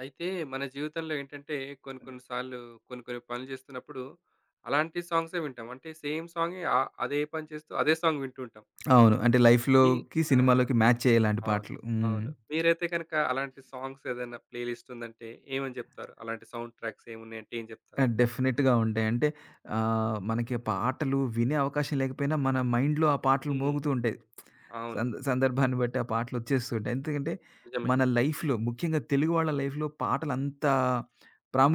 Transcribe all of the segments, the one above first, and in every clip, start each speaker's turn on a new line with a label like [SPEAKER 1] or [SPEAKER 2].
[SPEAKER 1] అయితే మన జీవితంలో ఏంటంటే కొన్ని కొన్ని సార్లు కొన్ని కొన్ని పనులు చేస్తున్నప్పుడు అలాంటి సాంగ్సే వింటాం. అంటే సేమ్ సాంగే అదే పని చేస్తూ అదే సాంగ్ వింటూ ఉంటాం.
[SPEAKER 2] అవును. అంటే
[SPEAKER 1] మీ
[SPEAKER 2] లైఫ్‌లోకి,
[SPEAKER 1] ఆ!
[SPEAKER 2] సినిమాలోకి మ్యాచ్ అయ్యేలాంటి
[SPEAKER 1] అవును.
[SPEAKER 2] పాటలు. హ్మ్.
[SPEAKER 1] అవును. మీరైతే గనక అలాంటి సాంగ్స్ ఏదైనా ప్లేలిస్ట్ ఉందంటే ఏమని జెప్తారు? అలాంటి సౌండ్ ట్రాక్స్ ఏమున్నాయంటే ఏం
[SPEAKER 2] ఆ!
[SPEAKER 1] జెప్తారు?
[SPEAKER 2] డెఫినిట్‌గా ఉంటాయి. అంటే మనకి పాటలు వినే అవకాశం లేకపోయినా, మన మైండ్‌లో ఆ పాటలు
[SPEAKER 1] హ్మ్.
[SPEAKER 2] మోగుతూ ఉంటాయి.
[SPEAKER 1] అవును.
[SPEAKER 2] సందర్భాన్ని బట్టి ఆ పాటలు వచ్చేస్తూ ఉంటాయి. ఎందుకంటే,
[SPEAKER 1] నిజమే.
[SPEAKER 2] మన లైఫ్‌లో ముఖ్యంగా తెలుగు వాళ్ళ లైఫ్‌లో పాటలు అంత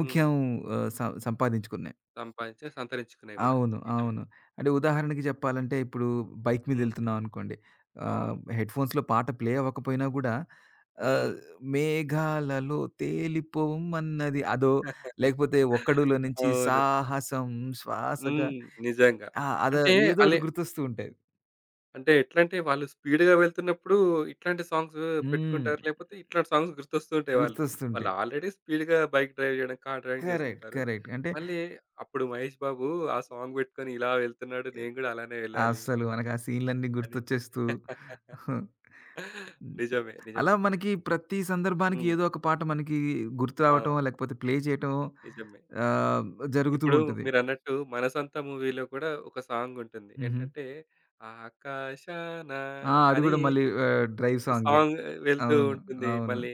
[SPEAKER 1] హ్మ్.
[SPEAKER 2] ఆహ్, సం సంపాదించుకున్నాయి.
[SPEAKER 1] సంపాదించి సంతరించుకున్నాయి గూడా.
[SPEAKER 2] అవును.
[SPEAKER 1] నిజమే.
[SPEAKER 2] అవును. అంటే ఉదాహరణకి చెప్పాలంటే ఇప్పుడు బైక్
[SPEAKER 1] హ్మ్.
[SPEAKER 2] మీదెళ్తున్నాం అనుకోండి.
[SPEAKER 1] అవును.
[SPEAKER 2] హెడ్‌ఫోన్స్‌లో పాట ప్లే అవ్వకపోయినా గూడా
[SPEAKER 1] హ్మ్.
[SPEAKER 2] ఆహ్, 'మేఘాలలో తేలిపోమన్నది' అదో, లేకపోతే 'ఒక్కడులో' నుంచి
[SPEAKER 1] అవును.
[SPEAKER 2] 'సాహసం శ్వాసగా'.
[SPEAKER 1] హ్మ్. నిజంగా.
[SPEAKER 2] ఆ! అదో
[SPEAKER 1] అంటే
[SPEAKER 2] ఏదో ఒకటి
[SPEAKER 1] అలె
[SPEAKER 2] గుర్తొస్తూ ఉంటాయి.
[SPEAKER 1] అంటే ఎట్లంటే వాళ్ళు స్పీడ్‌గా వెళ్తున్నప్పుడు ఇట్లాంటి సాంగ్స్
[SPEAKER 2] హ్మ్.
[SPEAKER 1] పెట్టుకుంటారు. లేకపోతే ఇట్లాంటి సాంగ్స్ గుర్తొస్తూ ఉంటాయి వాళ్ళు. వాళ్ళు
[SPEAKER 2] గుర్తొస్తుంటాయి.
[SPEAKER 1] ఆల్రెడీ స్పీడ్‌గా బైక్ డ్రైవ్ చేయడం, కార్ డ్రైవింగ్
[SPEAKER 2] కరెక్ట్.
[SPEAKER 1] చేస్తుంటారు.
[SPEAKER 2] కరెక్ట్. అంటే
[SPEAKER 1] మళ్ళీ అప్పుడు 'మహేష్ బాబు' ఆ సాంగ్ పెట్టుకొని ఇలా వెళ్తున్నాడు. నేను గూడా అలానే వెళ్ళాలి
[SPEAKER 2] అస్సలు మనకు ఆ సీన్‌లన్నీ
[SPEAKER 1] అని.
[SPEAKER 2] గుర్తొచ్చేస్తూ హ్మ్.
[SPEAKER 1] నిజమే.
[SPEAKER 2] అలా
[SPEAKER 1] నిజమే.
[SPEAKER 2] మనకి ప్రతి సందర్భానికి
[SPEAKER 1] హ్మ్.
[SPEAKER 2] ఏదో ఒక పాట మనకి గుర్తు రావటం,
[SPEAKER 1] అవును.
[SPEAKER 2] లేకపోతే ప్లే చేయటం
[SPEAKER 1] నిజమే.
[SPEAKER 2] ఆహ్, జరుగుతూ
[SPEAKER 1] ఇప్పుడు
[SPEAKER 2] ఉంటది.
[SPEAKER 1] మీరన్నట్టు 'మనసంతా' మూవీలో కూడా ఒక సాంగ్ ఉంటుంది.
[SPEAKER 2] హుహు.
[SPEAKER 1] ఏంటంటే ఆకాశాన
[SPEAKER 2] ఆ! అది
[SPEAKER 1] అని
[SPEAKER 2] గూడా మళ్ళీ డ్రైవ్ సాంగే.
[SPEAKER 1] సాంగ్ వెళ్తూ
[SPEAKER 2] అవును.
[SPEAKER 1] ఉంటుంది.
[SPEAKER 2] అవును.
[SPEAKER 1] మళ్ళీ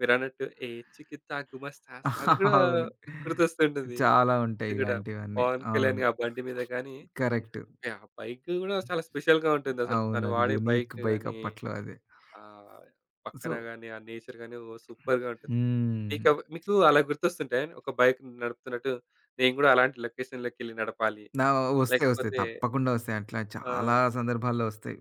[SPEAKER 1] మీరన్నట్టు 'ఏ చికిత్తా గుమస్తా' అది కూడా
[SPEAKER 2] అవును.
[SPEAKER 1] గుర్తొస్తుంటుంది.
[SPEAKER 2] చాలా
[SPEAKER 1] అది
[SPEAKER 2] ఉంటాయి
[SPEAKER 1] కూడా
[SPEAKER 2] ఇలాంటివన్నీ.
[SPEAKER 1] 'పవన్
[SPEAKER 2] అవును.
[SPEAKER 1] కళ్యాణ్' ఆ బండి మీద గాని,
[SPEAKER 2] కరెక్ట్.
[SPEAKER 1] ఆ బైక్ కూడా చాలా స్పెషల్‌గా ఉంటుందసలు.
[SPEAKER 2] అవును.
[SPEAKER 1] తను
[SPEAKER 2] అది
[SPEAKER 1] వాడే
[SPEAKER 2] యూనిక్
[SPEAKER 1] బైక్
[SPEAKER 2] బైక్
[SPEAKER 1] గాని,
[SPEAKER 2] అప్పట్లో అది.
[SPEAKER 1] ఆహ్, పక్కన
[SPEAKER 2] సో
[SPEAKER 1] గాని, ఆ నేచర్ గాని ఓ సూపర్‌గా ఉంటుంది.
[SPEAKER 2] హ్మ్.
[SPEAKER 1] మీకు అలా గుర్తొస్తుంటాయా? ఒక బైక్ నడుపుతున్నట్టు నేను కూడా అలాంటి లొకేషన్‌లోకెళ్ళి నడపాలి.
[SPEAKER 2] నా వస్తాయి. వస్తాయి.
[SPEAKER 1] లేకపోతే
[SPEAKER 2] తప్పకుండా వస్తాయి. అట్లా
[SPEAKER 1] ఆ!
[SPEAKER 2] చాలా సందర్భాల్లో వస్తాయి.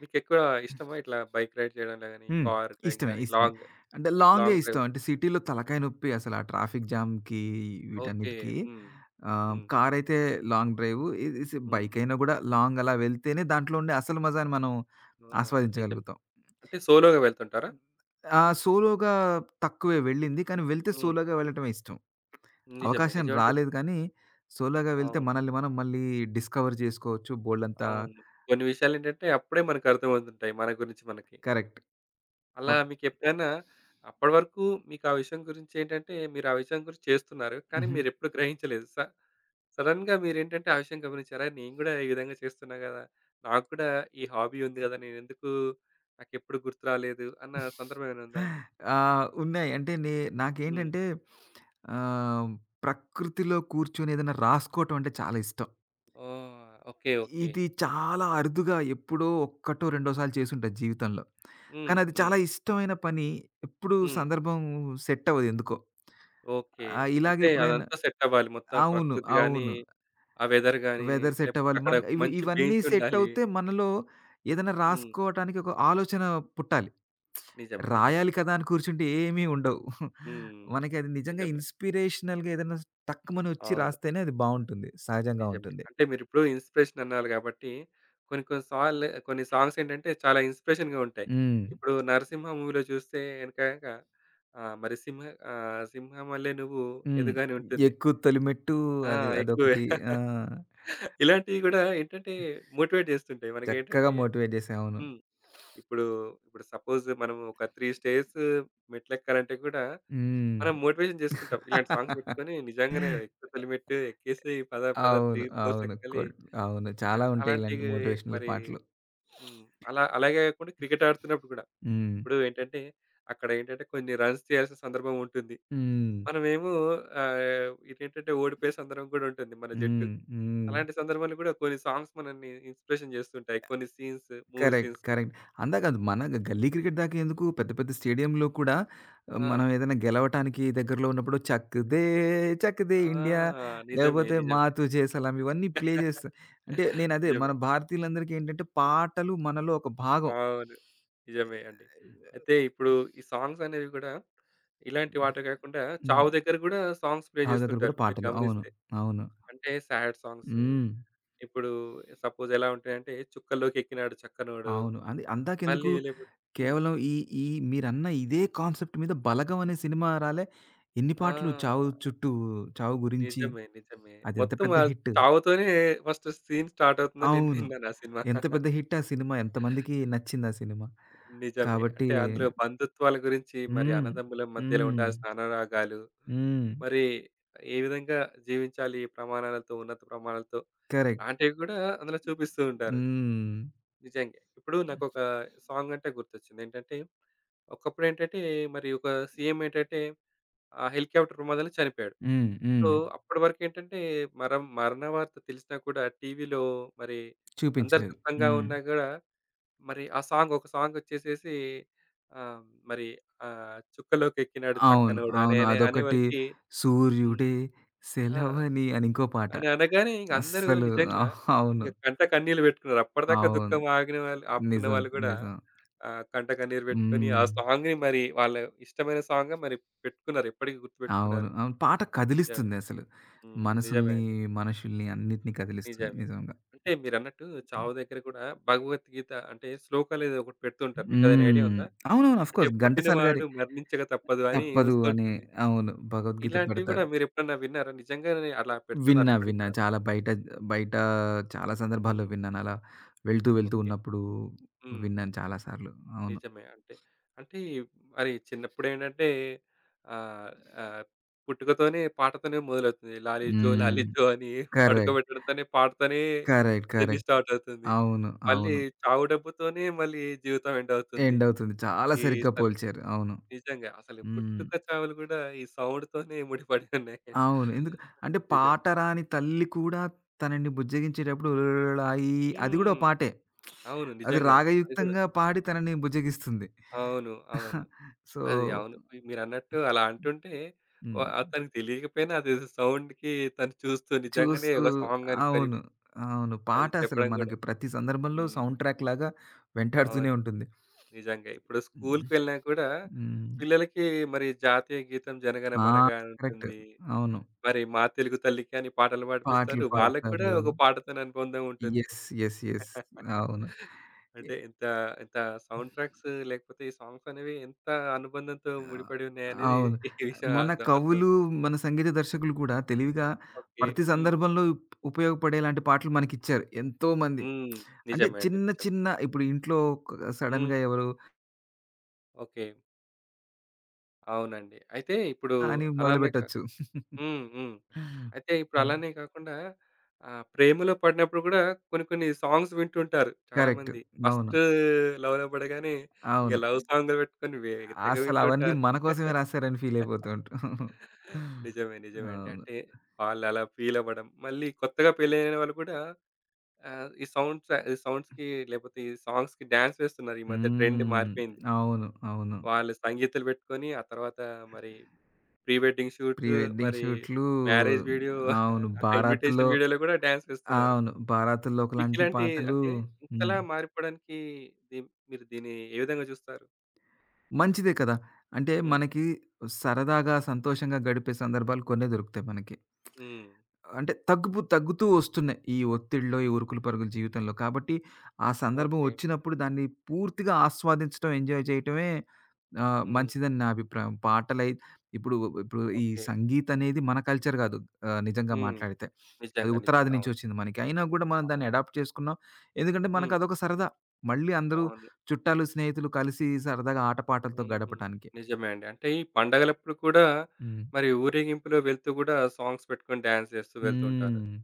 [SPEAKER 1] మీకెక్కువ ఇష్టమా ఇట్లా బైక్ రైడ్ చేయడంలో గాని,
[SPEAKER 2] హ్మ్.
[SPEAKER 1] కార్ డ్రైవింగ్
[SPEAKER 2] ఇష్టమే.
[SPEAKER 1] గాని,
[SPEAKER 2] ఇష్టమే.
[SPEAKER 1] లాంగ్
[SPEAKER 2] అంటే లాంగే
[SPEAKER 1] లాంగ్
[SPEAKER 2] ఇష్టం.
[SPEAKER 1] డ్రైవ్?
[SPEAKER 2] అంటే సిటీలో తలకాయ నొప్పి అసలు ఆ ట్రాఫిక్ జామ్‌కి,
[SPEAKER 1] ఓకే.
[SPEAKER 2] వీటన్నిటికి.
[SPEAKER 1] హ్మ్. హ్మ్.
[SPEAKER 2] కారైతే లాంగ్ డ్రైవ్. ఇది
[SPEAKER 1] హ్మ్.
[SPEAKER 2] బైకైనా గూడా లాంగ్ అలా వెళ్తేనే దాంట్లో ఉండే అసలు మజాని మనం
[SPEAKER 1] ఆ! నిజమే.
[SPEAKER 2] ఆస్వాదించగలుగుతాం.
[SPEAKER 1] అంటే సోలోగా వెళ్తుంటారా?
[SPEAKER 2] ఆ! సోలోగా తక్కువే వెళ్ళింది. కానీ వెళ్తే
[SPEAKER 1] హ్మ్.
[SPEAKER 2] సోలోగా వెళ్ళటమే ఇష్టం.
[SPEAKER 1] నిజమే.
[SPEAKER 2] అవకాశం
[SPEAKER 1] నిజమంటే
[SPEAKER 2] రాలేదు కానీ సోలోగా వెళ్తే
[SPEAKER 1] అవును.
[SPEAKER 2] మనల్ని మనం మళ్ళీ డిస్కవర్ జేసుకోవచ్చు బోలెడంత.
[SPEAKER 1] అవును. కొన్ని విషయాలేంటంటే అప్పుడే మనకర్థమవుతుంటాయి మన గురించి మనకి.
[SPEAKER 2] కరెక్ట్.
[SPEAKER 1] అలా
[SPEAKER 2] కొత్
[SPEAKER 1] మీకెప్పుడైనా అప్పటి వరకు మీకా విషయం గురించేంటంటే మీరు ఆ విషయం గురించి చేస్తున్నారు. కానీ
[SPEAKER 2] హుహు.
[SPEAKER 1] మీరెప్పుడు గ్రహించలేదు. స సడెన్‌గా మీరేంటంటే ఆ విషయం గమనించారు. అరె! నేను గూడా ఈ విధంగా చేస్తున్నా గదా! నాకు కూడా ఈ హాబీ ఉంది గదా! నేనెందుకు నాకెప్పుడు గుర్తు రాలేదు అన్న సందర్భం ఏమైనా ఉందా అండి?
[SPEAKER 2] ఆ! ఉన్నాయి. అంటే నే
[SPEAKER 1] హ్మ్.
[SPEAKER 2] నాకేంటంటే ఆహ్, ప్రకృతిలో కూర్చొని ఏదైనా రాసుకోవటం అంటే చాలా ఇష్టం.
[SPEAKER 1] ఓహ్! ఓకే. ఓకే.
[SPEAKER 2] ఇది చాలా అరుదుగా ఎప్పుడో ఒక్కటో, రెండో సార్లు చేసుంటా జీవితంలో.
[SPEAKER 1] హ్మ్.
[SPEAKER 2] కానీ అది
[SPEAKER 1] హ్మ్.
[SPEAKER 2] చాలా ఇష్టమైన పని. ఎప్పుడూ
[SPEAKER 1] హ్మ్.
[SPEAKER 2] సందర్భం సెట్ అవ్వదు ఎందుకో.
[SPEAKER 1] ఓకే.
[SPEAKER 2] ఇలాగే
[SPEAKER 1] అంటే
[SPEAKER 2] ఎప్పుడైనా
[SPEAKER 1] అదంతా సెట్ అవ్వాలి. మొత్తం
[SPEAKER 2] అవును.
[SPEAKER 1] ప్రకృతి గాని,
[SPEAKER 2] అవును.
[SPEAKER 1] ఆ వెదర్ గాని,
[SPEAKER 2] వెదర్ సెట్
[SPEAKER 1] లేకపోతే
[SPEAKER 2] అవ్వాలి.
[SPEAKER 1] అక్కడ
[SPEAKER 2] మనకి
[SPEAKER 1] మంచి
[SPEAKER 2] ఇవన్నీ
[SPEAKER 1] బీచ్
[SPEAKER 2] సెట్
[SPEAKER 1] ఉండాలి.
[SPEAKER 2] అవుతే మనలో ఏదైనా
[SPEAKER 1] హ్మ్.
[SPEAKER 2] రాసుకోవటానికి ఒక ఆలోచన పుట్టాలి.
[SPEAKER 1] నిజమే. నిజమే.
[SPEAKER 2] రాయాలి కదా అని కూర్చుంటే ఏమీ ఉండవు.
[SPEAKER 1] హ్మ్.
[SPEAKER 2] మనకది నిజంగా
[SPEAKER 1] నిజమే.
[SPEAKER 2] ఇన్‌స్పిరేషనల్‌గా ఏదైనా టక్కుమని వచ్చి
[SPEAKER 1] అవును.
[SPEAKER 2] రాస్తేనే అది బావుంటుంది. సహజంగా
[SPEAKER 1] నిజమే.
[SPEAKER 2] ఉంటుంది.
[SPEAKER 1] అంటే మీరిప్పుడు ఇన్‌స్పిరేషన్ అన్నారు కాబట్టి కొన్ని కొన్ని సార్లు కొన్ని సాంగ్స్ ఏంటంటే చాలా ఇన్‌స్పిరేషన్‌గా ఉంటాయి.
[SPEAKER 2] హ్మ్.
[SPEAKER 1] ఇప్పుడు 'నరసింహ' మూవీలో చూస్తే గనక మరి సింహ సింహం వల్లే నువ్వు
[SPEAKER 2] హ్మ్.
[SPEAKER 1] ఎదుగని ఉంటుంది.
[SPEAKER 2] ఎక్కు తొలిమెట్టు
[SPEAKER 1] ఆ!
[SPEAKER 2] అది
[SPEAKER 1] ఎక్కువే.
[SPEAKER 2] అదొకటి. ఆ!
[SPEAKER 1] ఇలాంటివి గూడా ఏంటంటే మోటివేట్ చేస్తుంటాయి.
[SPEAKER 2] చక్కగా
[SPEAKER 1] మనకేంటంటే
[SPEAKER 2] మోటివేట్ చేసావు. అవును.
[SPEAKER 1] హ్మ్. ఇప్పుడు, ఇప్పుడు సపోజ్ మనం ఒక 3 స్టేర్స్ మెట్లెక్కాలంటే కూడా
[SPEAKER 2] హ్మ్.
[SPEAKER 1] మనం మోటివేషన్ చేసుకుంటాం. ఇలాంటి సాంగ్స్ పెట్టుకొని నిజంగానే ఎక్కు తొలిమెట్టు ఎక్కేసేయి పద పద
[SPEAKER 2] అవును.
[SPEAKER 1] 3 ఫ్లోర్స్
[SPEAKER 2] అవును.
[SPEAKER 1] ఎక్కాలి.
[SPEAKER 2] కొడ్ అవును.
[SPEAKER 1] అల్
[SPEAKER 2] చాలా ఉంటాయి ఇలాంటి
[SPEAKER 1] అలాంటివి
[SPEAKER 2] మోటివేషనల్
[SPEAKER 1] మరి
[SPEAKER 2] పాటలు.
[SPEAKER 1] హ్మ్. అలా అలాగే కాకుండా క్రికెట్ ఆడుతున్నప్పుడు కూడా
[SPEAKER 2] హ్మ్.
[SPEAKER 1] ఇప్పుడు ఏంటంటే అక్కడ ఏంటంటే కొన్ని రన్స్ చేయాల్సిన సందర్భం ఉంటుంది.
[SPEAKER 2] హ్మ్.
[SPEAKER 1] మనమేమో ఇదేంటంటే ఓడిపోయే సందర్భం కూడా ఉంటుంది మన జట్టు.
[SPEAKER 2] హ్మ్. హ్మ్.
[SPEAKER 1] అలాంటి సందర్భాల్లో కూడా కొన్ని సాంగ్స్ మనల్ని ఇన్‌స్పిరేషన్ చేస్తుంటాయి. కొన్ని scenes, movie
[SPEAKER 2] correct.
[SPEAKER 1] Scenes.
[SPEAKER 2] Correct. అందాక అది మన గల్లీ
[SPEAKER 1] హ్మ్.
[SPEAKER 2] క్రికెట్ దాకా ఎందుకు, పెద్ద పెద్ద స్టేడియంలో కూడా ఆ,
[SPEAKER 1] ఆ!
[SPEAKER 2] మనం ఏదైనా గెలవటానికి దగ్గరలో ఉన్నప్పుడు 'చక్‌దే
[SPEAKER 1] ఆ!
[SPEAKER 2] ఇండియా',
[SPEAKER 1] నిజమే.
[SPEAKER 2] లేకపోతే 'మా
[SPEAKER 1] నిజమే.
[SPEAKER 2] తుజే సలాం' ఇవన్నీ ప్లే చేస్తా. అంటే నేను అదే మన
[SPEAKER 1] నిజమే.
[SPEAKER 2] భారతీయులందరికీ ఏంటంటే పాటలు మనలో ఒక భాగం.
[SPEAKER 1] అవును. నిజమే అండి. అయితే ఇప్పుడు ఈ సాంగ్స్ అనేవి కూడా ఇలాంటి వాటి కాకుండా
[SPEAKER 2] హ్మ్.
[SPEAKER 1] చావు దగ్గర గూడా సాంగ్స్ ప్లే
[SPEAKER 2] ఆమె దగ్గర కూడా
[SPEAKER 1] చేస్తుంటారు మీరు
[SPEAKER 2] పాటలు. అవును.
[SPEAKER 1] గమనిస్తే.
[SPEAKER 2] అవును.
[SPEAKER 1] అంటే సాడ్ సాంగ్స్.
[SPEAKER 2] హ్మ్.
[SPEAKER 1] ఇప్పుడు సపోజ్ ఎలా ఉంటాయంటే 'చుక్కల్లోకి ఎక్కినాడు చక్కనోడు.'
[SPEAKER 2] అవును. అది అందాకెందుకు,
[SPEAKER 1] మళ్ళీ లేకపోతే హ్మ్.
[SPEAKER 2] కేవలం ఈ ఈ మీరన్న ఇదే కాన్సెప్ట్ మీద 'బలగం' అనే సినిమా రాలే. ఎన్ని పాటలు చావు
[SPEAKER 1] ఆ!
[SPEAKER 2] చుట్టూ, చావు గురించి.
[SPEAKER 1] నిజమే. నిజమే.
[SPEAKER 2] అదెంత
[SPEAKER 1] మొత్తం
[SPEAKER 2] పెద్ద
[SPEAKER 1] ఆ
[SPEAKER 2] హిట్.
[SPEAKER 1] చావుతోనే ఫస్ట్ సీన్ స్టార్ట్ అవుతుందని నేను
[SPEAKER 2] అవును.
[SPEAKER 1] విన్నాను ఆ సినిమా.
[SPEAKER 2] ఎంత పెద్ద హిట్ ఆ సినిమా. ఎంతమందికి నచ్చింది ఆ సినిమా.
[SPEAKER 1] నిజమే.
[SPEAKER 2] కాబట్టి
[SPEAKER 1] అంటే అందులో బంధుత్వాల గురించి మరి
[SPEAKER 2] హ్మ్.
[SPEAKER 1] అన్నదమ్ముల మధ్యలో
[SPEAKER 2] హ్మ్.
[SPEAKER 1] ఉండాల్సిన అనురాగాలు,
[SPEAKER 2] హ్మ్.
[SPEAKER 1] మరి ఏ విధంగా జీవించాలి ఈ ప్రమాణాలతో, ఉన్నత ప్రమాణాలతో
[SPEAKER 2] కరెక్ట్.
[SPEAKER 1] లాంటివి కూడా అందులో చూపిస్తూ ఉంటారు.
[SPEAKER 2] హ్మ్.
[SPEAKER 1] నిజంగా. ఇప్పుడు నాకొక సాంగ్ అంటే గుర్తొచ్చింది. ఏంటంటే, ఒకప్పుడేంటంటే మరి ఒక సీఎం ఏంటంటే హెలికాప్టర్ ప్రమాదంలో చనిపోయాడు.
[SPEAKER 2] హ్మ్.
[SPEAKER 1] సో,
[SPEAKER 2] హ్మ్.
[SPEAKER 1] అప్పటి వరకేంటంటే మరం మరణ వార్త తెలిసినా కూడా టీవీలో మరి అందరు
[SPEAKER 2] చూపించలేదు.
[SPEAKER 1] దుఃఖంగా
[SPEAKER 2] హ్మ్.
[SPEAKER 1] ఉన్నా కూడా మరి ఆ సాంగ్ ఒక సాంగొచ్చేసేసి ఆహ్, మరి "చుక్కలోకెక్కినాడు
[SPEAKER 2] అవును.
[SPEAKER 1] చక్కనోడు" అనే
[SPEAKER 2] అవును.
[SPEAKER 1] అనే
[SPEAKER 2] అదొకటి
[SPEAKER 1] అనేవరకి హ్మ్.
[SPEAKER 2] 'సూర్యుడే
[SPEAKER 1] ఆ!
[SPEAKER 2] సెలవని' అని ఇంకో పాట.
[SPEAKER 1] అని అనగానే ఇంక అందరూ
[SPEAKER 2] అస్సలు
[SPEAKER 1] నిజంగా
[SPEAKER 2] అవును.
[SPEAKER 1] ఇంక కంట కన్నీళ్లు పెట్టుకున్నారు. అప్పటిదాకా
[SPEAKER 2] అవును.
[SPEAKER 1] దుఃఖం ఆగిన వాళ్ళు ఆపుకున్న
[SPEAKER 2] నిజం.
[SPEAKER 1] వాళ్ళు గూడా
[SPEAKER 2] నిజం.
[SPEAKER 1] కంట కన్నీరు పెట్టుకొని
[SPEAKER 2] హ్మ్.
[SPEAKER 1] ఆ సాంగ్‌ని మరి వాళ్ళ ఇష్టమైన సాంగ్‌గా మరి పెట్టుకున్నారు. ఎప్పటికి
[SPEAKER 2] అవును.
[SPEAKER 1] గుర్తుపెట్టుకున్నారు.
[SPEAKER 2] అవును. పాట
[SPEAKER 1] నిజమే.
[SPEAKER 2] కదిలిస్తుందసలు.
[SPEAKER 1] హ్మ్. నిజమే
[SPEAKER 2] మనసుల్ని,
[SPEAKER 1] అండి.
[SPEAKER 2] మనుషుల్ని అన్నిటిని కదిలిస్తుంది
[SPEAKER 1] నిజమే.
[SPEAKER 2] నిజంగా.
[SPEAKER 1] అంటే మీరన్నట్టు 'చావు' దగ్గర గూడా భగవద్గీత అంటే శ్లోకాలేదో ఒకటి పెడుతుంటారు. మీకదేమైనా ఐడియా
[SPEAKER 2] హ్మ్.
[SPEAKER 1] ఉందా?
[SPEAKER 2] అవునవును. ఆఫ్
[SPEAKER 1] అంటే
[SPEAKER 2] కోర్స్ 'ఘంటసాల' గారి
[SPEAKER 1] పుట్టినవాడు మరణించక తప్పదు అని
[SPEAKER 2] 'తప్పదు' అని
[SPEAKER 1] వస్తుంటుంది.
[SPEAKER 2] అవును. భగవద్గీత
[SPEAKER 1] ఇలాంటివి గూడా
[SPEAKER 2] పెడతారు.
[SPEAKER 1] మీరెప్పుడన్నా విన్నారా? నిజంగానే అలా పెడుతున్నారు
[SPEAKER 2] విన్నా,
[SPEAKER 1] ఇప్పటికి
[SPEAKER 2] విన్నా.
[SPEAKER 1] కూడా?
[SPEAKER 2] చాలా బయట, బయట చాలా సందర్భాల్లో
[SPEAKER 1] హ్మ్.
[SPEAKER 2] విన్నాను. అలా వెళ్తూ, వెళ్తూ
[SPEAKER 1] ఓకే.
[SPEAKER 2] ఉన్నప్పుడు
[SPEAKER 1] హ్మ్.
[SPEAKER 2] విన్నాను చాలా సార్లు. అవును.
[SPEAKER 1] నిజమే. అంటే ఈ మరి చిన్నప్పుడేంటంటే ఆహ్, ఆహ్, పుట్టుకతోనే పాటతోనే మొదలవుతుంది. లాలిజో
[SPEAKER 2] హ్మ్.
[SPEAKER 1] లాలిజో అని
[SPEAKER 2] కరెక్ట్.
[SPEAKER 1] పడుకోబెట్టడంతోనే, పాటతోనే
[SPEAKER 2] కరెక్ట్.
[SPEAKER 1] Journey
[SPEAKER 2] correct.
[SPEAKER 1] స్టార్ట్ అవుతుంది.
[SPEAKER 2] అవును.
[SPEAKER 1] మళ్ళీ
[SPEAKER 2] అవును.
[SPEAKER 1] చావు డబ్బుతోనే మళ్ళీ జీవితం ఎండ్ అవుతుంది.
[SPEAKER 2] ఎండ్ అవుతుంది. చాలా
[SPEAKER 1] ఈ
[SPEAKER 2] సరిగ్గా
[SPEAKER 1] అసలు
[SPEAKER 2] పోల్చారు. అవును.
[SPEAKER 1] నిజంగా. అసలు
[SPEAKER 2] హ్మ్.
[SPEAKER 1] పుట్టుక చావులు గూడా ఈ సౌండ్‌తోనే ముడిపడి ఉన్నాయి.
[SPEAKER 2] అవును. ఎందుకు అంటే
[SPEAKER 1] నిజం.
[SPEAKER 2] పాట రాని తల్లి కూడా తనని బుజ్జగించేటప్పుడు "ఒలొలొలొలాయి" అది గూడా ఓ
[SPEAKER 1] హ్మ్.
[SPEAKER 2] పాటే.
[SPEAKER 1] అవును.
[SPEAKER 2] అది
[SPEAKER 1] నిజంగానే. అది గూడా.
[SPEAKER 2] రాగయుక్తంగా పాడి తనని బుజ్జగిస్తుంది.
[SPEAKER 1] అవును. అవును.
[SPEAKER 2] సో
[SPEAKER 1] అది అవును. మీ మీరన్నట్టు అలా అంటుంటే వ
[SPEAKER 2] హ్మ్.
[SPEAKER 1] అతనికి తెలియకపోయినా అదేదో సౌండ్‌కి తను చూస్తూ నిజంగానే
[SPEAKER 2] చూస్తూ
[SPEAKER 1] ఒక సాంగ్ అనుకొని
[SPEAKER 2] అవును. అవును.
[SPEAKER 1] అది
[SPEAKER 2] పాట అసలు
[SPEAKER 1] చెప్పడం గూడా.
[SPEAKER 2] మనకి ప్రతి సందర్భంలో
[SPEAKER 1] హ్మ్.
[SPEAKER 2] సౌండ్ ట్రాక్ లాగా వెంటాడుతూనే
[SPEAKER 1] అవును.
[SPEAKER 2] ఉంటుంది.
[SPEAKER 1] నిజంగా. ఇప్పుడు
[SPEAKER 2] హ్మ్.
[SPEAKER 1] స్కూల్‌కి వెళ్ళినా కూడా
[SPEAKER 2] హ్మ్.
[SPEAKER 1] పిల్లలకి మరి జాతీయ గీతం
[SPEAKER 2] ఆ!
[SPEAKER 1] జనగణమనగ
[SPEAKER 2] కరెక్ట్.
[SPEAKER 1] ఉంటుంది.
[SPEAKER 2] అవును.
[SPEAKER 1] మరి మా తెలుగు తల్లికి అని పాటలు
[SPEAKER 2] పాటలు
[SPEAKER 1] పాడిపిస్తారు. వాళ్ళకి కూడా
[SPEAKER 2] పాడతారు.
[SPEAKER 1] ఒక పాటతోని అనుబంధం ఉంటుంది.
[SPEAKER 2] యెస్. యెస్. యెస్. అవును. ఎ
[SPEAKER 1] అంటే ఇంత ఇంత సౌండ్ ట్రాక్స్ లేకపోతే ఈ సాంగ్స్ అనేవి ఎంత అనుబంధంతో
[SPEAKER 2] ఆ!
[SPEAKER 1] ముడిపడి ఉన్నాయనేది
[SPEAKER 2] అవును.
[SPEAKER 1] ఈ విషయం
[SPEAKER 2] మన కవులు,
[SPEAKER 1] అర్థమవుతుంది.
[SPEAKER 2] మన సంగీత దర్శకులు కూడా తెలివిగా
[SPEAKER 1] ఓకే.
[SPEAKER 2] ప్రతి
[SPEAKER 1] హ్మ్.
[SPEAKER 2] సందర్భంలో ఉపయోగపడేలాంటి పాటలు మనకిచ్చారు ఎంతోమంది.
[SPEAKER 1] హ్మ్.
[SPEAKER 2] అంటే
[SPEAKER 1] నిజమే అండి.
[SPEAKER 2] చిన్న
[SPEAKER 1] నిజమే.
[SPEAKER 2] చిన్న ఇప్పుడు ఇంట్లో క్
[SPEAKER 1] హ్మ్.
[SPEAKER 2] సడెన్‌గా ఎవరో
[SPEAKER 1] ఓకే. అవునండి. అయితే ఇప్పుడు
[SPEAKER 2] అని
[SPEAKER 1] అలానే కా
[SPEAKER 2] మొదలుపెట్టొచ్చు.
[SPEAKER 1] హ్మ్. హ్మ్. అయితే ఇప్పుడు
[SPEAKER 2] హ్మ్.
[SPEAKER 1] అలానే కాకుండా ప్రేమలో పడినప్పుడు కూడా కొన్ని కొన్ని సాంగ్స్ వింటుంటారు
[SPEAKER 2] కరెక్ట్.
[SPEAKER 1] చాలామంది.
[SPEAKER 2] అవును.
[SPEAKER 1] ఫస్ట్ లవ్‌లో పడగానే ఇంక
[SPEAKER 2] అవును.
[SPEAKER 1] లవ్ సాంగ్‌లు పెట్టుకొని వే తెగ
[SPEAKER 2] అసలవన్నీ
[SPEAKER 1] వింటుంటారు.
[SPEAKER 2] మన కోసమే రాసారని ఫీల్ అయిపోతూ ఉంటాం.
[SPEAKER 1] నిజమే. నిజమే అండి.
[SPEAKER 2] అవును.
[SPEAKER 1] అంటే వాళ్ళలా ఫీల్ అవ్వడం. మళ్ళీ కొత్తగా పెళ్ళైన వాళ్ళు కూడా ఈ సౌండ్స్ ఈ సౌండ్స్‌కి లేకపోతే ఈ సాంగ్స్‌కి డాన్స్ వేస్తున్నారు. ఈ మధ్య ట్రెండ్
[SPEAKER 2] హ్మ్.
[SPEAKER 1] మారిపోయింది.
[SPEAKER 2] అవును. అవును.
[SPEAKER 1] వాళ్ళు సంగీతులు పెట్టుకొని ఆ తర్వాత మరి pre wedding
[SPEAKER 2] pre
[SPEAKER 1] shoot
[SPEAKER 2] wedding
[SPEAKER 1] మరి
[SPEAKER 2] షూట్లు.
[SPEAKER 1] మ్యారేజ్ వీడియో,
[SPEAKER 2] అవును. 'బారాత్'లో
[SPEAKER 1] ఇన్విటేషన్ వీడియోలో కూడా డాన్స్ వేస్తున్నారు.
[SPEAKER 2] అవును. 'బారాత్'లో
[SPEAKER 1] మీకు
[SPEAKER 2] ఒకలాంటి
[SPEAKER 1] ఇలాంటి
[SPEAKER 2] పాటలు.
[SPEAKER 1] అంటే
[SPEAKER 2] హ్మ్.
[SPEAKER 1] ఇంతలా మారిపోవడానికి దీ మీరు దీన్ని ఏ విధంగా చూస్తారు?
[SPEAKER 2] మంచిదే కదా! అంటే
[SPEAKER 1] హ్మ్.
[SPEAKER 2] మనకి సరదాగా, సంతోషంగా గడిపే సందర్భాలు కొన్నే దొరుకుతాయి మనకి.
[SPEAKER 1] హ్మ్.
[SPEAKER 2] అంటే తగ్గుతూ వస్తున్నాయి. ఈ ఒత్తిడిలో, ఈ ఉరుకులు పరుగుల జీవితంలో. కాబట్టి ఆ సందర్భం
[SPEAKER 1] ఓకే.
[SPEAKER 2] వచ్చినప్పుడు దాన్ని పూర్తిగా ఆస్వాదించడం, ఎంజాయ్ చేయటమే ఆ!
[SPEAKER 1] హ్మ్.
[SPEAKER 2] మంచిదని నా అభిప్రాయం. ఇప్పుడు ఇప్పుడు ఈ
[SPEAKER 1] ఓకే.
[SPEAKER 2] సంగీత్ అనేది మన కల్చర్ గాదు. నిజంగా
[SPEAKER 1] హ్మ్.
[SPEAKER 2] మాట్లాడితే. అది
[SPEAKER 1] నిజంగా.
[SPEAKER 2] ఉత్తరాది
[SPEAKER 1] నిజంగా.
[SPEAKER 2] నుంచి
[SPEAKER 1] అవును.
[SPEAKER 2] వచ్చింది మనకి. అయినా గూడా మనం దాన్ని
[SPEAKER 1] అవును.
[SPEAKER 2] అడాప్ట్ చేసుకున్నాం. ఎందుకంటే మనకు
[SPEAKER 1] హ్మ్.
[SPEAKER 2] అదొక సరదా. మళ్ళీ అందరూ
[SPEAKER 1] అవును.
[SPEAKER 2] చుట్టాలు, స్నేహితులు కలిసి సరదాగా ఆటపాటలతో
[SPEAKER 1] హ్మ్.
[SPEAKER 2] గడపటానికి.
[SPEAKER 1] నిజమే అండి. అంటే ఈ పండగలప్పుడు కూడా
[SPEAKER 2] హ్మ్.
[SPEAKER 1] మరి ఊరేగింపులో వెళ్తూ గూడా సాంగ్స్ పెట్టుకొని డాన్స్ చేస్తూ వెళ్తూ ఉంటారు.
[SPEAKER 2] హ్మ్.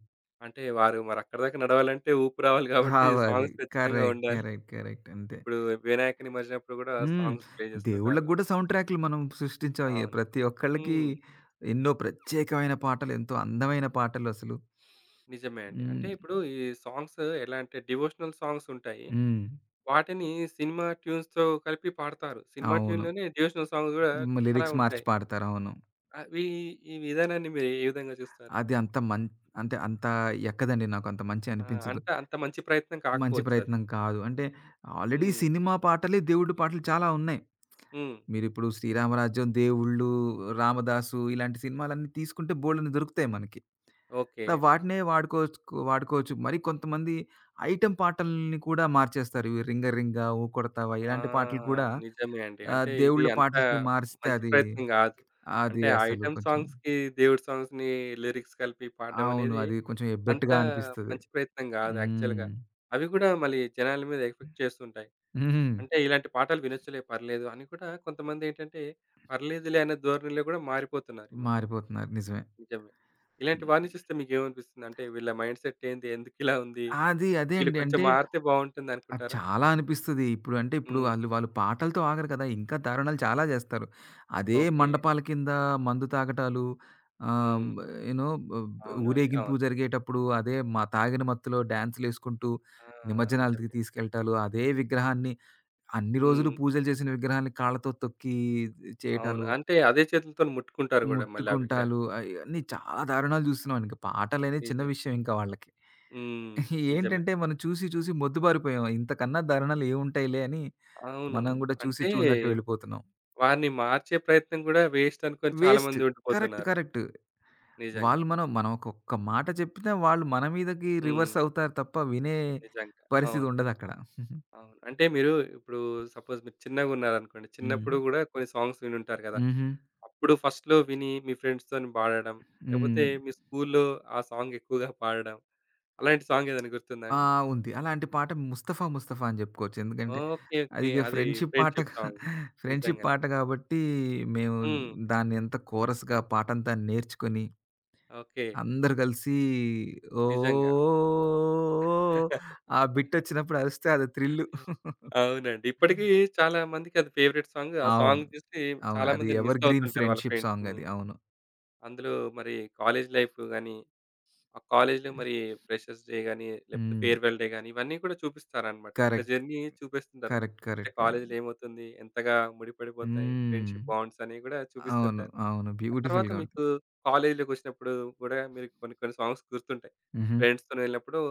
[SPEAKER 1] అంటే వారు మరక్కడి దాకా నడవాలంటే ఊపు రావాలి గాబట్టి
[SPEAKER 2] రావాలి.
[SPEAKER 1] సాంగ్స్ ఖచ్చితంగా
[SPEAKER 2] కరెక్ట్.
[SPEAKER 1] ఉండాలి.
[SPEAKER 2] కరెక్ట్. కరెక్ట్. అంతే.
[SPEAKER 1] ఇప్పుడు వినాయక నిమజ్జనప్పుడు గూడా
[SPEAKER 2] హ్మ్.
[SPEAKER 1] సాంగ్స్ ప్లే
[SPEAKER 2] దేవుళ్ళకి
[SPEAKER 1] చేస్తుంటారు.
[SPEAKER 2] గూడా సౌండ్ ట్రాక్‌లు మనం సృష్టించాం.
[SPEAKER 1] అవును.
[SPEAKER 2] ప్రతి ఒక్కళ్ళకి
[SPEAKER 1] హ్మ్.
[SPEAKER 2] ఎన్నో ప్రత్యేకమైన పాటలు, ఎంతో అందమైన పాటలు అసలు.
[SPEAKER 1] నిజమే అండి. అంటే
[SPEAKER 2] హ్మ్.
[SPEAKER 1] ఇప్పుడు ఈ సాంగ్స్ ఎలా అంటే డివోషనల్ సాంగ్స్ ఉంటాయి.
[SPEAKER 2] హ్మ్.
[SPEAKER 1] వాటిని సినిమా ట్యూన్స్‌తో కలిపి పాడతారు. సినిమా
[SPEAKER 2] అవును.
[SPEAKER 1] ట్యూన్‌లోనే డివోషనల్ సాంగ్స్ గూడా
[SPEAKER 2] హ్మ్.
[SPEAKER 1] చాలా
[SPEAKER 2] లిరిక్స్ మార్చి
[SPEAKER 1] ఉంటాయి.
[SPEAKER 2] పాడతారు. అవును.
[SPEAKER 1] అవి ఈ విధానాన్ని మీరు ఏ విధంగా చూస్తారు?
[SPEAKER 2] అది అంత మం అంటే ఎక్కదండి నాకు. అంత మంచి
[SPEAKER 1] ఆ!
[SPEAKER 2] అనిపించదు.
[SPEAKER 1] అంటే అంత మంచి ప్రయత్నం
[SPEAKER 2] మంచి
[SPEAKER 1] కాకపోవచ్చు అది.
[SPEAKER 2] ప్రయత్నం కాదు. అంటే ఆల్రెడీ
[SPEAKER 1] హ్మ్.
[SPEAKER 2] సినిమా పాటలే దేవుడి పాటలు చాలా ఉన్నాయి.
[SPEAKER 1] హ్మ్.
[SPEAKER 2] మీరిప్పుడు 'శ్రీరామరాజ్యం', 'దేవుళ్ళు', 'రామదాసు' ఇలాంటి సినిమాలన్నీ తీసుకుంటే బోలెడన్ని దొరుకుతాయి మనకి.
[SPEAKER 1] ఓకే.
[SPEAKER 2] సో, వాటినే వాడుకోవచ్చు వాడుకోవచ్చు. మరి కొంతమంది ఐటెమ్ పాటల్ని కూడా మార్చేస్తారు. ఇవి 'రింగ రింగా', 'ఊ కొడతావా'
[SPEAKER 1] ఆ!
[SPEAKER 2] ఇలాంటి పాటలు కూడా
[SPEAKER 1] నిజమే అండి. అంటే ఇది
[SPEAKER 2] దేవుళ్ళ
[SPEAKER 1] అంత
[SPEAKER 2] పాటలకి మారిస్తే
[SPEAKER 1] మంచి
[SPEAKER 2] అది,
[SPEAKER 1] ప్రయత్నం గాదు.
[SPEAKER 2] అది
[SPEAKER 1] అంటే
[SPEAKER 2] అసలు
[SPEAKER 1] ఐటెమ్
[SPEAKER 2] కొంచెం
[SPEAKER 1] సాంగ్స్‌కి దేవుడి సాంగ్స్‌ని లిరిక్స్ కలిపి పాడడం
[SPEAKER 2] అవును.
[SPEAKER 1] అనేది
[SPEAKER 2] అది కొంచెం
[SPEAKER 1] అంత
[SPEAKER 2] ఎబ్బెట్టుగా అనిపిస్తది.
[SPEAKER 1] మంచి ప్రయత్నం గాదు యాక్చువల్‌గా.
[SPEAKER 2] హ్మ్.
[SPEAKER 1] అవి గూడా మళ్ళీ జనాల మీద ఎఫెక్ట్ చేస్తుంటాయి.
[SPEAKER 2] హ్మ్.
[SPEAKER 1] అంటే ఇలాంటి పాటలు వినొచ్చులే పర్లేదు అని కూడా కొంతమందేంటంటే పర్లేదులే అనే ధోరణిలో గూడా మారిపోతున్నారు ఈ మధ్య.
[SPEAKER 2] మారిపోతున్నారు. నిజమే.
[SPEAKER 1] నిజమే. ఇలాంటి వారిని చూస్తే మీకేమనిపిస్తుంది? అంటే వీళ్ళ మైండ్‌సెట్ ఏంది? ఎందుకిలా ఉంది?
[SPEAKER 2] అది అదే
[SPEAKER 1] వీళ్ళు
[SPEAKER 2] అండి.
[SPEAKER 1] కొంచెం
[SPEAKER 2] అంటే
[SPEAKER 1] మారితే
[SPEAKER 2] అది
[SPEAKER 1] బావుంటుందనుకుంటారా?
[SPEAKER 2] చాలా అనిపిస్తది. ఇప్పుడు అంటే ఇప్పుడు
[SPEAKER 1] హ్మ్.
[SPEAKER 2] వాళ్ళు పాటలతో ఆగరు కదా! ఇంకా దారుణాలు చాలా జేస్తారు. అదే
[SPEAKER 1] ఓకే.
[SPEAKER 2] మండపాల కింద మందు తాగటాలు, ఆహ్,
[SPEAKER 1] హ్మ్.
[SPEAKER 2] యూ నో,
[SPEAKER 1] అవునండి.
[SPEAKER 2] ఊరేగింపు
[SPEAKER 1] అవును.
[SPEAKER 2] జరిగేటప్పుడు అదే తాగిన మత్తులో డాన్సులేసుకుంటూ
[SPEAKER 1] ఆ!
[SPEAKER 2] నిమజ్జనాలకి
[SPEAKER 1] నిజమే.
[SPEAKER 2] తీసుకెళ్ళటాలు, అదే విగ్రహాన్ని, అన్ని రోజులు
[SPEAKER 1] హ్మ్.
[SPEAKER 2] పూజలు చేసిన విగ్రహాన్ని కాళ్ళతో తొక్కి
[SPEAKER 1] అవును.
[SPEAKER 2] చేయటాలు.
[SPEAKER 1] అంటే అదే చేతులతోని ముట్టుకుంటారు గూడా మళ్ళీ ఆ
[SPEAKER 2] ముట్టుకుంటాలు
[SPEAKER 1] విగ్రహాన్ని.
[SPEAKER 2] అయి అన్నీ చాలా దారుణాలు చూస్తున్నాం. ఇంక పాటలనేవి చిన్న
[SPEAKER 1] నిజం.
[SPEAKER 2] విషయం ఇంకా వాళ్ళకి.
[SPEAKER 1] హ్మ్. నిజమే.
[SPEAKER 2] ఏంటంటే మనం చూసి చూసి మొద్దుబారిపోయాం. ఇంతకన్నా దారుణాలు ఏముంటాయిలే అని
[SPEAKER 1] అవును.
[SPEAKER 2] మనం గూడా చూసి
[SPEAKER 1] అంటే
[SPEAKER 2] చూడనట్టు వెళ్ళిపోతున్నాం.
[SPEAKER 1] వారిని మార్చే ప్రయత్నం గూడా వేస్ట్ అనుకోని చాలా
[SPEAKER 2] వేస్ట్.
[SPEAKER 1] మంది
[SPEAKER 2] కరెక్ట్.
[SPEAKER 1] ఉండిపోతున్నారు.
[SPEAKER 2] కరెక్ట్.
[SPEAKER 1] నిజంగా.
[SPEAKER 2] వాళ్ళు మనం మనం ఒక్కొక్క మాట చెప్పినా వాళ్ళు మన మీదకి
[SPEAKER 1] హ్మ్.
[SPEAKER 2] రివర్స్ అవుతారు తప్ప వినే
[SPEAKER 1] నిజంగా.
[SPEAKER 2] పరిస్థితి
[SPEAKER 1] అవును.
[SPEAKER 2] ఉండదక్కడ.
[SPEAKER 1] అవును. అంటే మీరు ఇప్పుడు సపోజ్ మీరు చిన్నగున్నారనుకోండి.
[SPEAKER 2] హ్మ్.
[SPEAKER 1] చిన్నప్పుడు గూడా కొన్ని సాంగ్స్ వినుంటారు గదా!
[SPEAKER 2] హుహు.
[SPEAKER 1] అప్పుడు ఫస్ట్‌లో విని మీ ఫ్రెండ్స్‌తోని పాడడం,
[SPEAKER 2] హ్మ్.
[SPEAKER 1] లేపోతే మీ స్కూల్‌లో ఆ సాంగ్ ఎక్కువగా పాడడం, అలాంటి సాంగ్ ఏదైనా గుర్తుందా
[SPEAKER 2] ఆ!
[SPEAKER 1] అండి?
[SPEAKER 2] ఉంది. అలాంటి పాట 'ముస్తఫా ముస్తఫా' అని జెప్పుకోవచ్చు. ఎందుకంటే,
[SPEAKER 1] ఓకే.
[SPEAKER 2] అది
[SPEAKER 1] ఓకే.
[SPEAKER 2] ఇగ
[SPEAKER 1] అది
[SPEAKER 2] ఫ్రెండ్‌షిప్ పాట
[SPEAKER 1] ఫ్రెండ్‌షిప్ సాంగ్.
[SPEAKER 2] ఫ్రెండ్‌షిప్
[SPEAKER 1] నిజంగానే.
[SPEAKER 2] పాట గాబట్టి, మేము
[SPEAKER 1] హ్మ్.
[SPEAKER 2] దాన్ని ఎంత కోరస్‌గా పాటంతా నేర్చుకొని,
[SPEAKER 1] ఓకే.
[SPEAKER 2] అందరూ గలిసి
[SPEAKER 1] నిజంగా.
[SPEAKER 2] ఓహ్! ఆ బిట్టొచ్చినప్పుడు అరిస్తే అది థ్రిల్లు.
[SPEAKER 1] అవునండి. ఇప్పటికీ చాలా మందికి అది ఫేవరెట్ సాంగ్. ఆ
[SPEAKER 2] అవును.
[SPEAKER 1] సాంగ్ చూసి
[SPEAKER 2] అవును.
[SPEAKER 1] చాలా
[SPEAKER 2] అది
[SPEAKER 1] మందిని మిస్
[SPEAKER 2] ఎవర్‌గ్రీన్
[SPEAKER 1] అవుతుంటారు వాళ్ళ
[SPEAKER 2] ఫ్రెండ్‌షిప్ సాంగ్
[SPEAKER 1] ఫ్రెండ్స్‌ని.
[SPEAKER 2] అది. అవును.
[SPEAKER 1] అందులో మరి కాలేజ్ లైఫ్ గాని ఆ కాలేజ్‌లో మరి ఫ్రెషర్స్ డే గాని, లేకపోతే
[SPEAKER 2] హ్మ్.
[SPEAKER 1] ఫేర్‌వెల్ డే గాని ఇవన్నీ కూడా చూపిస్తారనమాట. ఒక
[SPEAKER 2] కరెక్ట్.
[SPEAKER 1] జర్నీ చూపిస్తుంటారు.
[SPEAKER 2] కరెక్ట్.
[SPEAKER 1] అంటే
[SPEAKER 2] కరెక్ట్. కరెక్ట్.
[SPEAKER 1] కాలేజ్‌లో ఏమవుతుంది? ఎంతగా ముడిపడిపోతాయి
[SPEAKER 2] హ్మ్.
[SPEAKER 1] ఫ్రెండ్‌షిప్ బాండ్స్ అనేవి కూడా
[SPEAKER 2] అవును.
[SPEAKER 1] చూపిస్తుంటారు.
[SPEAKER 2] అవును.
[SPEAKER 1] ఆ తర్వాత
[SPEAKER 2] బ్యూటిఫుల్‌గా ఉంటుంది.
[SPEAKER 1] మీకు కాలేజ్‌లోకొచ్చినప్పుడు గూడా మీరు కొన్ని కొన్ని సాంగ్స్ గుర్తుంటాయి.
[SPEAKER 2] హుహు.
[SPEAKER 1] ఫ్రెండ్స్‌తోని వెళ్ళినప్పుడు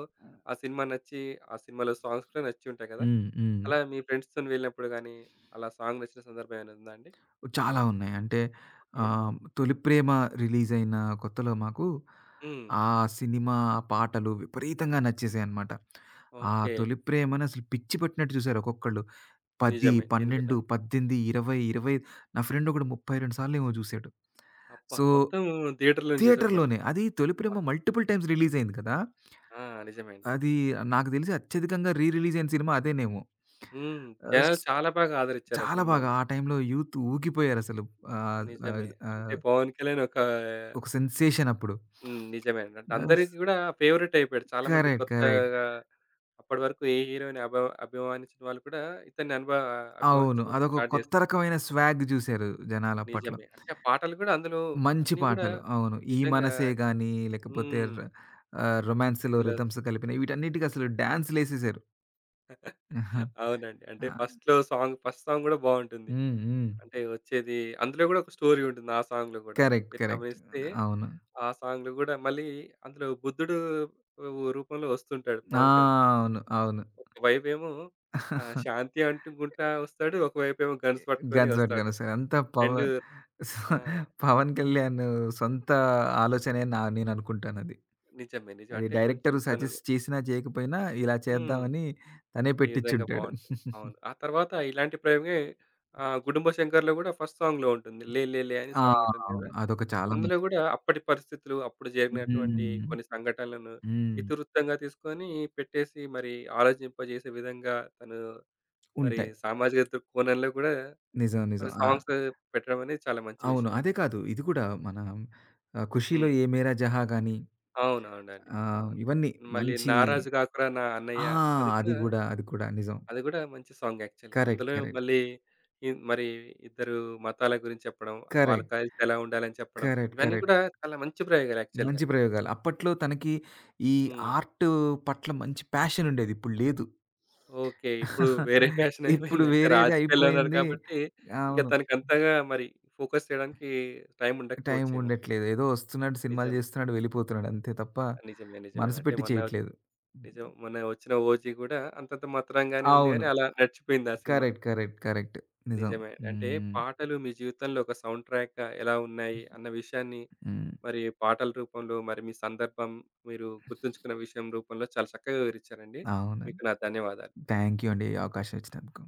[SPEAKER 1] ఆ సినిమా నచ్చి, ఆ సినిమాలో సాంగ్స్ కూడా నచ్చి ఉంటాయి కదా!
[SPEAKER 2] హ్మ్. హ్మ్.
[SPEAKER 1] అలా మీ ఫ్రెండ్స్‌తోని వెళ్ళినప్పుడు గాని, అలా సాంగ్ నచ్చిన సందర్భం ఏమైనా ఉందా అండి?
[SPEAKER 2] చాలా ఉన్నాయి. అంటే
[SPEAKER 1] ఓకే.
[SPEAKER 2] 'తొలి ప్రేమ' రిలీజయిన కొత్తలో మాకు
[SPEAKER 1] హ్మ్.
[SPEAKER 2] ఆ సినిమా పాటలు విపరీతంగా నచ్చేసాయన్నమాట. ఆ
[SPEAKER 1] ఓకే.
[SPEAKER 2] 'తొలి ప్రేమ'ని అసలు పిచ్చి పట్టినట్టు చూసారు ఒక్కొక్కళ్ళు. 10,
[SPEAKER 1] నిజమే. నేను
[SPEAKER 2] 12,
[SPEAKER 1] విన్నాను.
[SPEAKER 2] 18, 20, 25. నా ఫ్రెండ్ ఒకడు 32 సార్లేమో చూసాడు.
[SPEAKER 1] అబ్బా!
[SPEAKER 2] సో,
[SPEAKER 1] మొత్తం థియేటర్‌లోనే చూసాడు మళ్ళీ.
[SPEAKER 2] థియేటర్‌లోనే అది 'తొలి ప్రేమ' మల్టిపుల్ టైమ్స్ రిలీజయింది కదా!
[SPEAKER 1] ఆ! నిజమే అండి.
[SPEAKER 2] అది నాకు తెలిసి అత్యధికంగా రీ రిలీజయిన సినిమా అదేనేమో.
[SPEAKER 1] హ్మ్.
[SPEAKER 2] ఆహ్,
[SPEAKER 1] జనాలు
[SPEAKER 2] స్
[SPEAKER 1] చాలా బాగా ఆదరించారు ఆ
[SPEAKER 2] చాలా బాగా.
[SPEAKER 1] సినిమాని.
[SPEAKER 2] ఆ టైంలో యూత్ ఊగిపోయారసలు. ఆహ్, ఆహ్,
[SPEAKER 1] నిజమే. అంటే
[SPEAKER 2] ఆహ్,
[SPEAKER 1] పవన్ కళ్యాణ్ ఒక
[SPEAKER 2] ఒక సెన్సేషన్ అప్పుడు.
[SPEAKER 1] హ్మ్. నిజమే అండి. అంటే
[SPEAKER 2] గర్ల్స్
[SPEAKER 1] అందరికి గూడా ఫేవరెట్ అయిపోయాడు. చాలా మంది
[SPEAKER 2] కరెక్ట్. కరెక్ట్.
[SPEAKER 1] కొత్తగా అప్పటి వరకు ఏ హీరో‌ని అభ అభిమానించిన వాళ్ళు కూడా ఇతన్ని అనుభ
[SPEAKER 2] అవును.
[SPEAKER 1] అభిమానించడం
[SPEAKER 2] అదొక
[SPEAKER 1] స్టార్ట్
[SPEAKER 2] కొత్త
[SPEAKER 1] చేశారు.
[SPEAKER 2] రకమైన స్వాగ్ జూసారు జనాలప్పట్లో.
[SPEAKER 1] నిజమే. అంటే ఆ పాటలు గూడా అందులో
[SPEAKER 2] మంచి
[SPEAKER 1] అన్నీ గూడా
[SPEAKER 2] పాటలు. అవును. 'ఈ
[SPEAKER 1] నిజంగా
[SPEAKER 2] మనసే' గాని, లేకపోతే
[SPEAKER 1] హ్మ్.
[SPEAKER 2] ర రొమాన్స్‌లో
[SPEAKER 1] ఇందులో
[SPEAKER 2] రిథమ్స్ కలిపిన వీటన్నిటికి అసలు డాన్స్‌లేసేసారు.
[SPEAKER 1] అవునండి.
[SPEAKER 2] ఆ!
[SPEAKER 1] అంటే ఫస్ట్‌లో సాంగ్ ఫస్ట్ సాంగ్ గూడా బావుంటుంది.
[SPEAKER 2] హ్మ్. హ్మ్.
[SPEAKER 1] అంటే వచ్చేది అందులో గూడా ఒక స్టోరీ ఉంటుంది. ఆ సాంగ్‌లో గూడా.
[SPEAKER 2] కరెక్ట్.
[SPEAKER 1] మీరు
[SPEAKER 2] కరెక్ట్.
[SPEAKER 1] గమనిస్తే
[SPEAKER 2] అవును.
[SPEAKER 1] ఆ సాంగ్‌లో గూడా మళ్ళీ అందులో బుద్ధుడు వు రూపంలో వస్తుంటాడు
[SPEAKER 2] ఆ!
[SPEAKER 1] పవన్ కళ్యాణ్.
[SPEAKER 2] అవును. అవును.
[SPEAKER 1] ఒకవైపేమో శాంతి అంటుకుంటా వస్తాడు. ఒకవైపేమో గన్స్ పట్టుకొని
[SPEAKER 2] గన్స్
[SPEAKER 1] వస్తాడు.
[SPEAKER 2] పట్టుకొనొస్తారు. అంతా పవ
[SPEAKER 1] 2 ఆ!
[SPEAKER 2] పవన్ పవన్ కళ్యాణ్ సొంత ఆలోచనే నేననుకుంటానది.
[SPEAKER 1] నిజమే. నిజం.
[SPEAKER 2] అది అది
[SPEAKER 1] అంటే కొంచెం
[SPEAKER 2] డైరెక్టర్
[SPEAKER 1] తను
[SPEAKER 2] సజెస్ట్ చేసినా, చేయకపోయినా ఇలా
[SPEAKER 1] హ్మ్.
[SPEAKER 2] చేద్దామని తనే
[SPEAKER 1] ఈ విధంగా
[SPEAKER 2] పెట్టించుంటాడు.
[SPEAKER 1] బావుంటుంది. అవును. ఆ తర్వాత ఇలాంటి ప్రయోగమే 'గుడుంబ శంకర్‌లో' గూడా ఫస్ట్ సాంగ్‌లో ఉంటుంది. 'లే లే లే' అని
[SPEAKER 2] ఆ!
[SPEAKER 1] సాంగ్ ఉంటుంది గదా!
[SPEAKER 2] అవును. అదొక చాలా
[SPEAKER 1] అందులో
[SPEAKER 2] మంచి
[SPEAKER 1] గూడా అప్పటి పరిస్థితులు, అప్పుడు జరిగినటువంటి
[SPEAKER 2] హ్మ్.
[SPEAKER 1] కొన్ని సంఘటనలను
[SPEAKER 2] హ్మ్.
[SPEAKER 1] ఇతివృత్తంగా తీసుకొని పెట్టేసి మరి ఆలోచింపజేసే విధంగా తను మరి
[SPEAKER 2] ఉంటాయి.
[SPEAKER 1] సామాజిక దృ కోణంలో గూడా
[SPEAKER 2] నిజం. నిజం.
[SPEAKER 1] మరి
[SPEAKER 2] ఆ!
[SPEAKER 1] సాంగ్స్ పెట్టడం అనేది చాలా మంచి
[SPEAKER 2] అవును.
[SPEAKER 1] విషయం
[SPEAKER 2] అదే
[SPEAKER 1] యాక్చువల్‌గా.
[SPEAKER 2] కాదు, ఇది కూడా మన 'ఖుషీలో
[SPEAKER 1] హ్మ్.
[SPEAKER 2] ఏ మేరా జహా' గాని
[SPEAKER 1] అవునవునండి. అవును.
[SPEAKER 2] ఇవన్నీ
[SPEAKER 1] మళ్ళీ
[SPEAKER 2] మంచి
[SPEAKER 1] 'నారాజు గాకురా నా
[SPEAKER 2] ఆ!
[SPEAKER 1] అన్నయ్య' అది
[SPEAKER 2] అది
[SPEAKER 1] కూడా
[SPEAKER 2] గూడా, అది కూడా నిజం.
[SPEAKER 1] అది కూడా మంచి సాంగ్ యాక్చువల్‌గా.
[SPEAKER 2] కరెక్ట్.
[SPEAKER 1] అందులో
[SPEAKER 2] కరెక్ట్.
[SPEAKER 1] మళ్ళీ ఇ మరి ఇద్దరు మతాల గురించి చెప్పడం, వాళ్ళ
[SPEAKER 2] కరెక్ట్.
[SPEAKER 1] కలిసి ఎలా ఉండాలని చెప్పడం,
[SPEAKER 2] కరెక్ట్.
[SPEAKER 1] ఇవన్నీ
[SPEAKER 2] కరెక్ట్.
[SPEAKER 1] కూడా చాలా మంచి ప్రయోగాలు యాక్చువల్‌గా.
[SPEAKER 2] మంచి ప్రయోగాలు. అప్పట్లో తనకి ఈ
[SPEAKER 1] హ్మ్.
[SPEAKER 2] ఆర్ట్ పట్ల మంచి ప్యాషన్ ఉండేది. ఇప్పుడు లేదు.
[SPEAKER 1] ఓకే. ఇప్పుడు వేరే ఫ్యాషన్
[SPEAKER 2] ఇప్పుడు
[SPEAKER 1] అయిపోయిందంటే
[SPEAKER 2] వేరేది
[SPEAKER 1] రాజకీయాల్లో ఉన్నారు
[SPEAKER 2] అయిపోయింది.
[SPEAKER 1] కాబట్టి, ఇంక
[SPEAKER 2] అవును.
[SPEAKER 1] తనకి అంతగా మరి ఫోకస్ చేయడానికి టైం
[SPEAKER 2] టైం
[SPEAKER 1] ఉండకపోవచ్చేమో.
[SPEAKER 2] ఉండట్లేదు. ఏదో వస్తున్నాడు, సినిమాలు
[SPEAKER 1] నిజమే.
[SPEAKER 2] చేస్తున్నాడు, వెళ్ళిపోతున్నాడు అంతే తప్ప
[SPEAKER 1] నిజమే. నిజమే.
[SPEAKER 2] మనసు
[SPEAKER 1] అంటే
[SPEAKER 2] పెట్టి
[SPEAKER 1] మొన్న
[SPEAKER 2] చేయట్లేదు.
[SPEAKER 1] నిజం మొన్న వచ్చిన 'ఓజీ' గూడా అంతంత మాత్రంగానే ఉంది గానీ,
[SPEAKER 2] అవును.
[SPEAKER 1] అలా నడిచిపోయింది ఆ సినిమా.
[SPEAKER 2] కరెక్ట్. కరెక్ట్. కరెక్ట్. నిజం.
[SPEAKER 1] నిజమే. అంటే
[SPEAKER 2] హ్మ్.
[SPEAKER 1] పాటలు మీ జీవితంలో ఒక సౌండ్ ట్రాక్‌గా ఎలా ఉన్నాయి అన్న విషయాన్ని
[SPEAKER 2] హ్మ్.
[SPEAKER 1] మరి పాటల రూపంలో, మరి మీ సందర్భం, మీరు గుర్తుంచుకున్న విషయం రూపంలో చాలా చక్కగా వివరిచ్చారండి.
[SPEAKER 2] అవునండి.
[SPEAKER 1] మీకు నా ధన్యవాదాలు.
[SPEAKER 2] థాంక్ యూ అండి. ఈ అవకాశం ఇచ్చినందుకు.